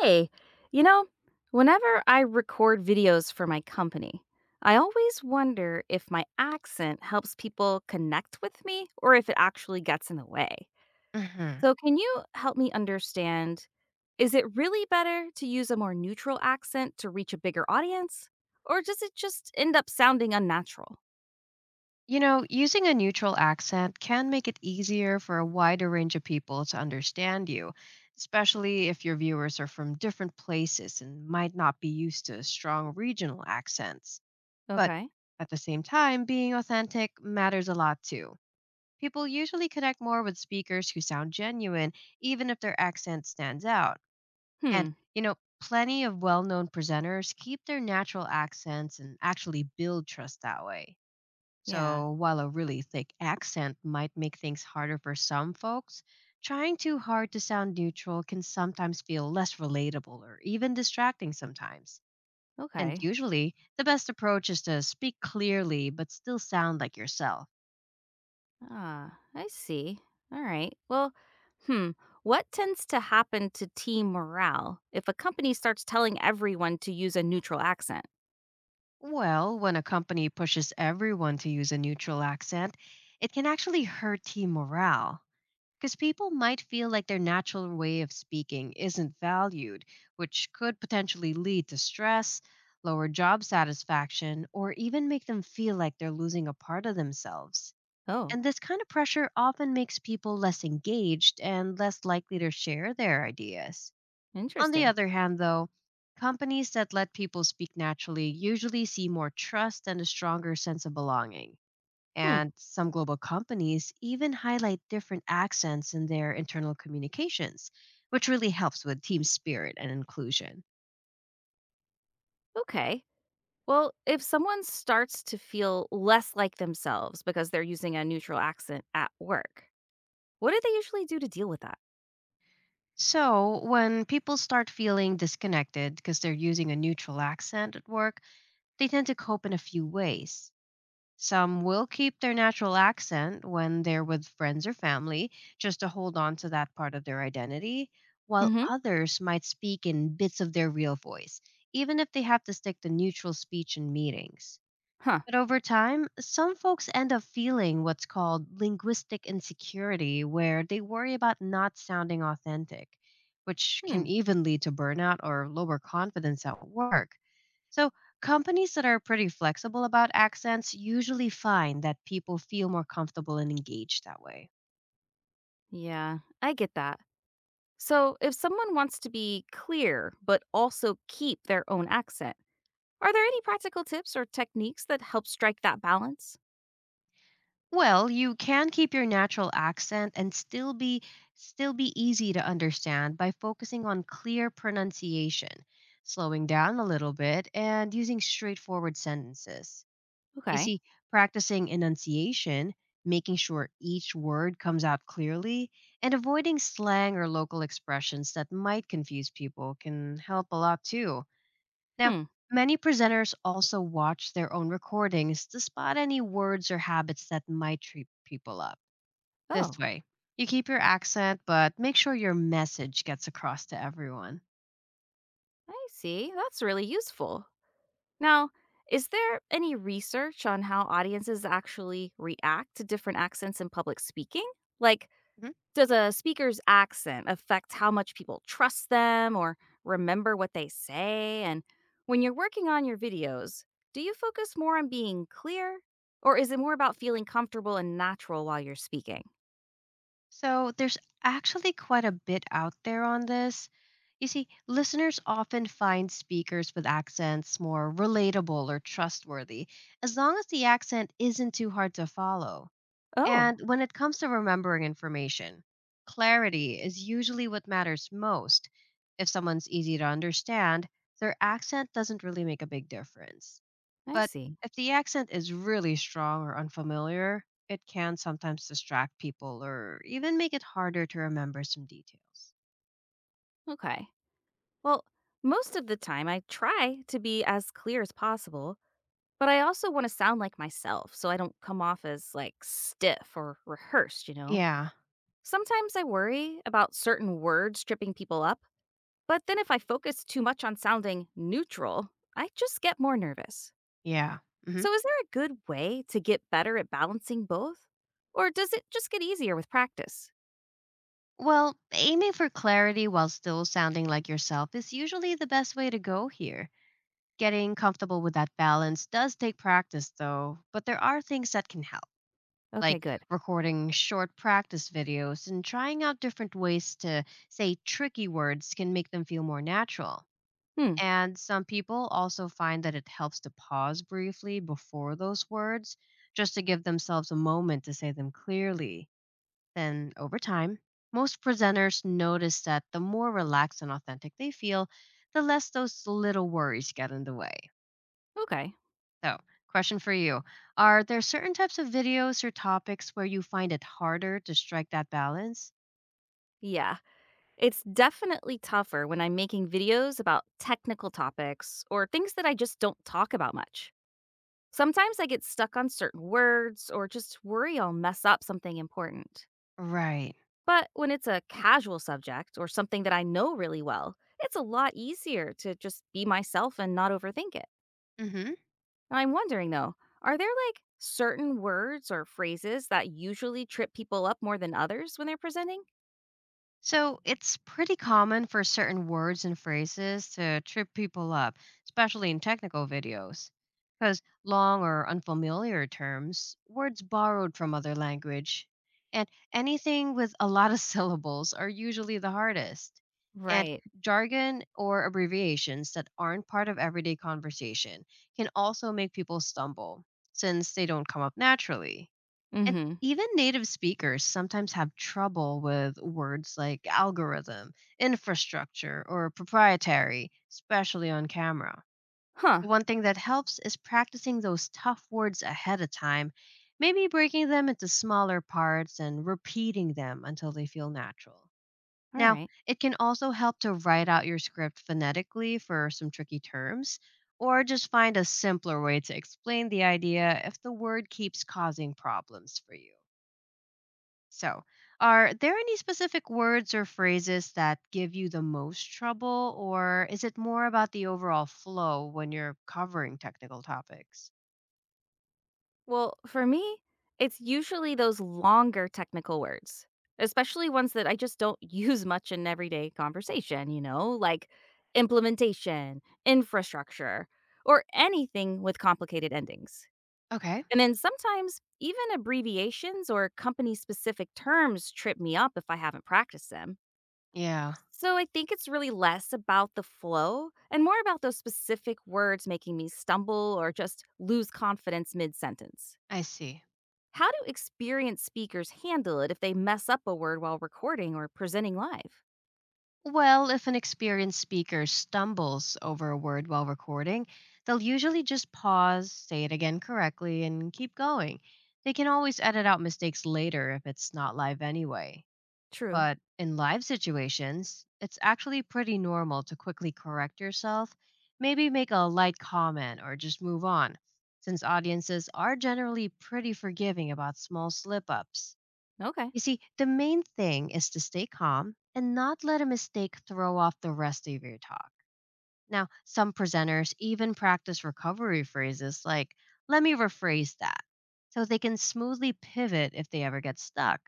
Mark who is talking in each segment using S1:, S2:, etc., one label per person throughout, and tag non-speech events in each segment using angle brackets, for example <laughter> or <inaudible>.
S1: Hey, you know, whenever I record videos for my company, I always wonder if my accent helps people connect with me or if it actually gets in the way.
S2: Mhm.
S1: So, can you help me understand? Is it really better to use a more neutral accent to reach a bigger audience? Or does it just end up sounding unnatural?
S2: Using a neutral accent can make it easier for a wider range of people to understand you, especially if your viewers are from different places and might not be used to strong regional accents. But
S1: Okay.
S2: at the same time, being authentic matters a lot too. People usually connect more with speakers who sound genuine, even if their accent stands out. And,
S1: Hmm.
S2: you know, plenty of well known presenters keep their natural accents and actually build trust that way.
S1: Yeah.
S2: So, while a really thick accent might make things harder for some folks, trying too hard to sound neutral can sometimes feel less relatable or even distracting sometimes. And
S1: Okay.
S2: usually, the best approach is to speak clearly but still sound like yourself.
S1: Ah, I see. All right. Well, hmm. What tends to happen to team morale if a company starts telling everyone to use a neutral accent?
S2: Well, when a company pushes everyone to use a neutral accent, it can actually hurt team morale, because people might feel like their natural way of speaking isn't valued, which could potentially lead to stress, lower job satisfaction, or even make them feel like they're losing a part of themselves.
S1: Oh,
S2: And this kind of pressure often makes people less engaged and less likely to share their ideas. On the
S1: interesting.
S2: other hand, though, companies that let people speak naturally usually see more trust and a stronger sense of belonging.
S1: Hmm.
S2: And some global companies even highlight different accents in their internal communications, which really helps with team spirit and inclusion.
S1: Okay. Well, if someone starts to feel less like themselves because they're using a neutral accent at work, what do they usually do to deal with that?
S2: So, when people start feeling disconnected because they're using a neutral accent at work, they tend to cope in a few ways. Some will keep their natural accent when they're with friends or family, just to hold on to that part of their identity, while
S1: Mm hmm.
S2: others might speak in bits of their real voice, even if they have to stick to neutral speech in meetings.
S1: Huh.
S2: But over time, some folks end up feeling what's called linguistic insecurity, where they worry about not sounding authentic, which can
S1: Hmm.
S2: even lead to burnout or lower confidence at work. So, companies that are pretty flexible about accents usually find that people feel more comfortable and engaged that way.
S1: Yeah, I get that. So if someone wants to be clear but also keep their own accent, are there any practical tips or techniques that help strike that balance?
S2: Well, you can keep your natural accent and still be easy to understand by focusing on clear pronunciation, slowing down a little bit and using straightforward sentences. You
S1: Okay.
S2: see, practicing enunciation, making sure each word comes out clearly, and avoiding slang or local expressions that might confuse people can help a lot too. Now,
S1: Hmm.
S2: many presenters also watch their own recordings to spot any words or habits that might trip people up. This
S1: Oh,
S2: way, you keep your accent, but make sure your message gets across to everyone.
S1: I see. That's really useful. Now, is there any research on how audiences actually react to different accents in public speaking? Like,
S2: Mhm.
S1: does a speaker's accent affect how much people trust them or remember what they say? And when you're working on your videos, do you focus more on being clear, or is it more about feeling comfortable and natural while you're speaking?
S2: So, there's actually quite a bit out there on this. You see, listeners often find speakers with accents more relatable or trustworthy, as long as the accent isn't too hard to follow. And
S1: Oh,
S2: when it comes to remembering information, clarity is usually what matters most. If someone's easy to understand, their accent doesn't really make a big difference.
S1: I
S2: But
S1: see.
S2: if the accent is really strong or unfamiliar, it can sometimes distract people or even make it harder to remember some details.
S1: Okay. Well, most of the time I try to be as clear as possible, but I also want to sound like myself so I don't come off as like stiff or rehearsed, you know?
S2: Yeah,
S1: Sometimes I worry about certain words tripping people up, but then if I focus too much on sounding neutral, I just get more nervous.
S2: yeah. hmm
S1: So is there a good way to get better at balancing both? Or does it just get easier with practice?
S2: Well, aiming for clarity while still sounding like yourself is usually the best way to go here. Getting comfortable with that balance does take practice, though, but there are things that can help,
S1: Okay,
S2: like
S1: good.
S2: recording short practice videos and trying out different ways to say tricky words can make them feel more natural.
S1: Hmm.
S2: And some people also find that it helps to pause briefly before those words just to give themselves a moment to say them clearly. Then, over time, most presenters notice that the more relaxed and authentic they feel, the less those little worries get in the way.
S1: Okay.
S2: So, question for you: are there certain types of videos or topics where you find it harder to strike that balance?
S1: Yeah. It's definitely tougher when I'm making videos about technical topics or things that I just don't talk about much. Sometimes I get stuck on certain words or just worry I'll mess up something important.
S2: Right.
S1: But when it's a casual subject or something that I know really well, it's a lot easier to just be myself and not overthink it.
S2: Mhm.
S1: And I'm wondering though, are there like certain words or phrases that usually trip people up more than others when they're presenting?
S2: So it's pretty common for certain words and phrases to trip people up, especially in technical videos. Because long or unfamiliar terms, words borrowed from other language, and anything with a lot of <laughs> syllables are usually the hardest. And
S1: Right.
S2: jargon or abbreviations that aren't part of everyday conversation can also make people stumble since they don't come up naturally.
S1: Mm
S2: And
S1: hmm.
S2: even native speakers sometimes have trouble with words like algorithm, infrastructure, or proprietary, especially on camera.
S1: Huh.
S2: One thing that helps is practicing those tough words ahead of time, maybe breaking them into smaller parts and repeating them until they feel natural.
S1: All
S2: Now,
S1: right.
S2: it can also help to write out your script phonetically for some tricky terms, or just find a simpler way to explain the idea if the word keeps causing problems for you. So, are there any specific words or phrases that give you the most trouble, or is it more about the overall flow when you're covering technical topics?
S1: Well, for me, it's usually those longer technical words, especially ones that I just don't <laughs> use much in everyday conversation, like implementation, infrastructure, or anything with complicated endings.
S2: Okay.
S1: And then sometimes even abbreviations or company specific terms trip me up if I haven't practiced them.
S2: Yeah,
S1: So I think it's really less about the flow and more about those specific words making me stumble or just lose confidence mid sentence.
S2: I see.
S1: How do experienced speakers handle it if they mess up a word while recording or presenting live?
S2: Well, if an experienced speaker stumbles over a word while recording, they'll usually just pause, say it again correctly, and keep going. They can always edit out mistakes later if it's not live anyway.
S1: True.
S2: But in live situations, it's actually pretty normal to quickly correct yourself, maybe make a light comment or just move on, since audiences are generally pretty forgiving about small slip ups.
S1: Okay.
S2: You see, the main thing is to stay calm and not let a mistake throw off the rest of your talk. Now, some presenters even practice recovery phrases like, let me rephrase that, so they can smoothly pivot if they ever get stuck.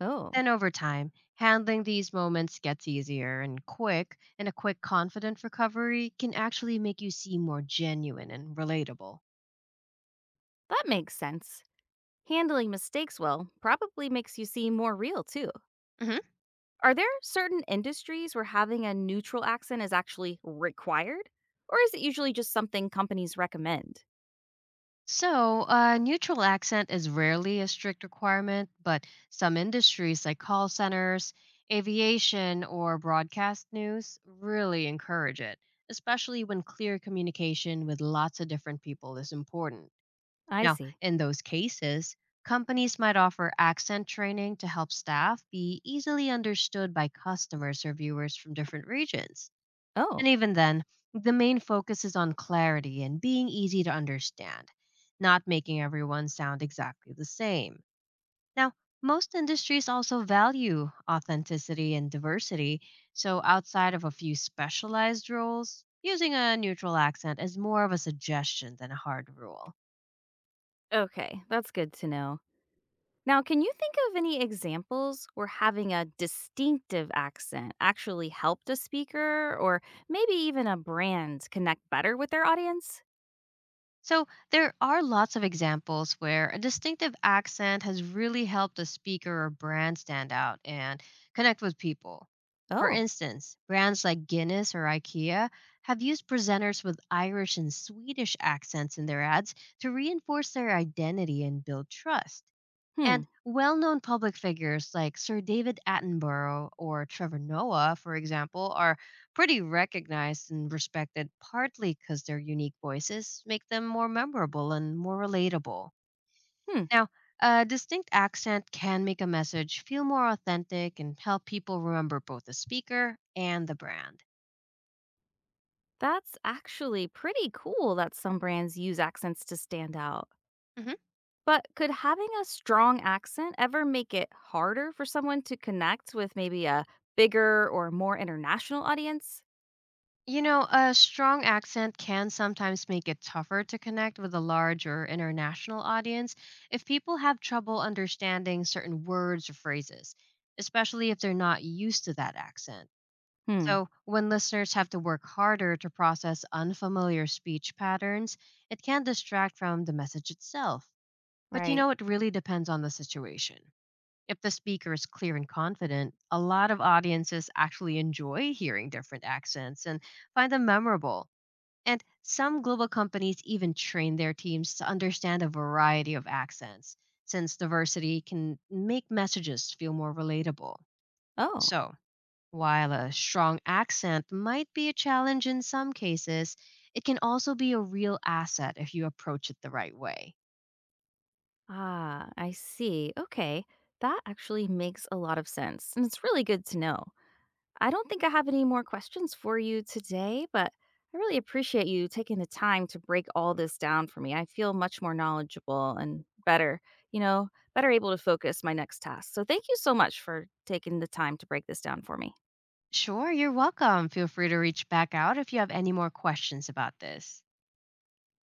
S1: Oh,
S2: Then over time, handling these moments gets easier and quick, and a quick, confident recovery can actually make you seem more genuine and relatable.
S1: that makes sense. Handling mistakes well probably makes you seem more real, too.
S2: hmm
S1: Are there certain industries where having a neutral accent is actually required? Or is it usually just something companies recommend?
S2: So, a neutral accent is rarely a strict requirement, but some industries like call centers, aviation, or broadcast news really encourage it, especially when clear communication with lots of different people is important.
S1: I
S2: Now,
S1: see.
S2: in those cases, companies might offer accent training to help staff be easily understood by customers or viewers from different regions.
S1: Oh,
S2: And even then, the main focus is on clarity and being easy to understand, not making everyone sound exactly the same. Now, most industries also value authenticity and diversity, so outside of a few specialized roles, using a neutral accent is more of a suggestion than a hard rule.
S1: okay. That's good to know. Now, can you think of any examples where having a distinctive accent actually helped a speaker or maybe even a brand connect better with their audience?
S2: So, there are lots of examples where a distinctive accent has really helped a speaker or brand stand out and connect with people. For
S1: Oh,
S2: instance, brands like Guinness or IKEA have used presenters with Irish and Swedish accents in their ads to reinforce their identity and build trust.
S1: hmm,
S2: And well known public figures like Sir David Attenborough or Trevor Noah, for example, are pretty recognized and respected partly because their unique voices make them more memorable and more relatable.
S1: hmm.
S2: Now, a distinct accent can make a message feel more authentic and help people remember both the speaker and the brand.
S1: That's actually pretty cool that some brands use accents to stand out. But could having a strong accent ever make it harder for someone to connect with maybe a bigger or more international audience?
S2: A strong accent can sometimes make it tougher to connect with a large or international audience if people have trouble understanding certain words or phrases, especially if they're not used to that accent.
S1: Hmm,
S2: So, when listeners have to work harder to process unfamiliar speech patterns, it can distract from the message itself. But you
S1: right.
S2: know, it really depends on the situation. If the speaker is clear and confident, a lot of audiences actually enjoy hearing different accents and find them memorable. And some global companies even train their teams to understand a variety of accents, since diversity can make messages feel more relatable.
S1: Oh,
S2: So, while a strong accent might be a challenge in some cases, it can also be a real asset if you approach it the right way.
S1: ah, I see. Okay. That actually makes a lot of sense. And it's really good to know. I don't think I have any more questions for you today, but I really appreciate you taking the time to break all this down for me. I feel much more knowledgeable and better, you know, better able to focus my next task. So thank you so much for taking the time to break this down for me.
S2: Sure, you're welcome. Feel free to reach back out if you have any more questions about this.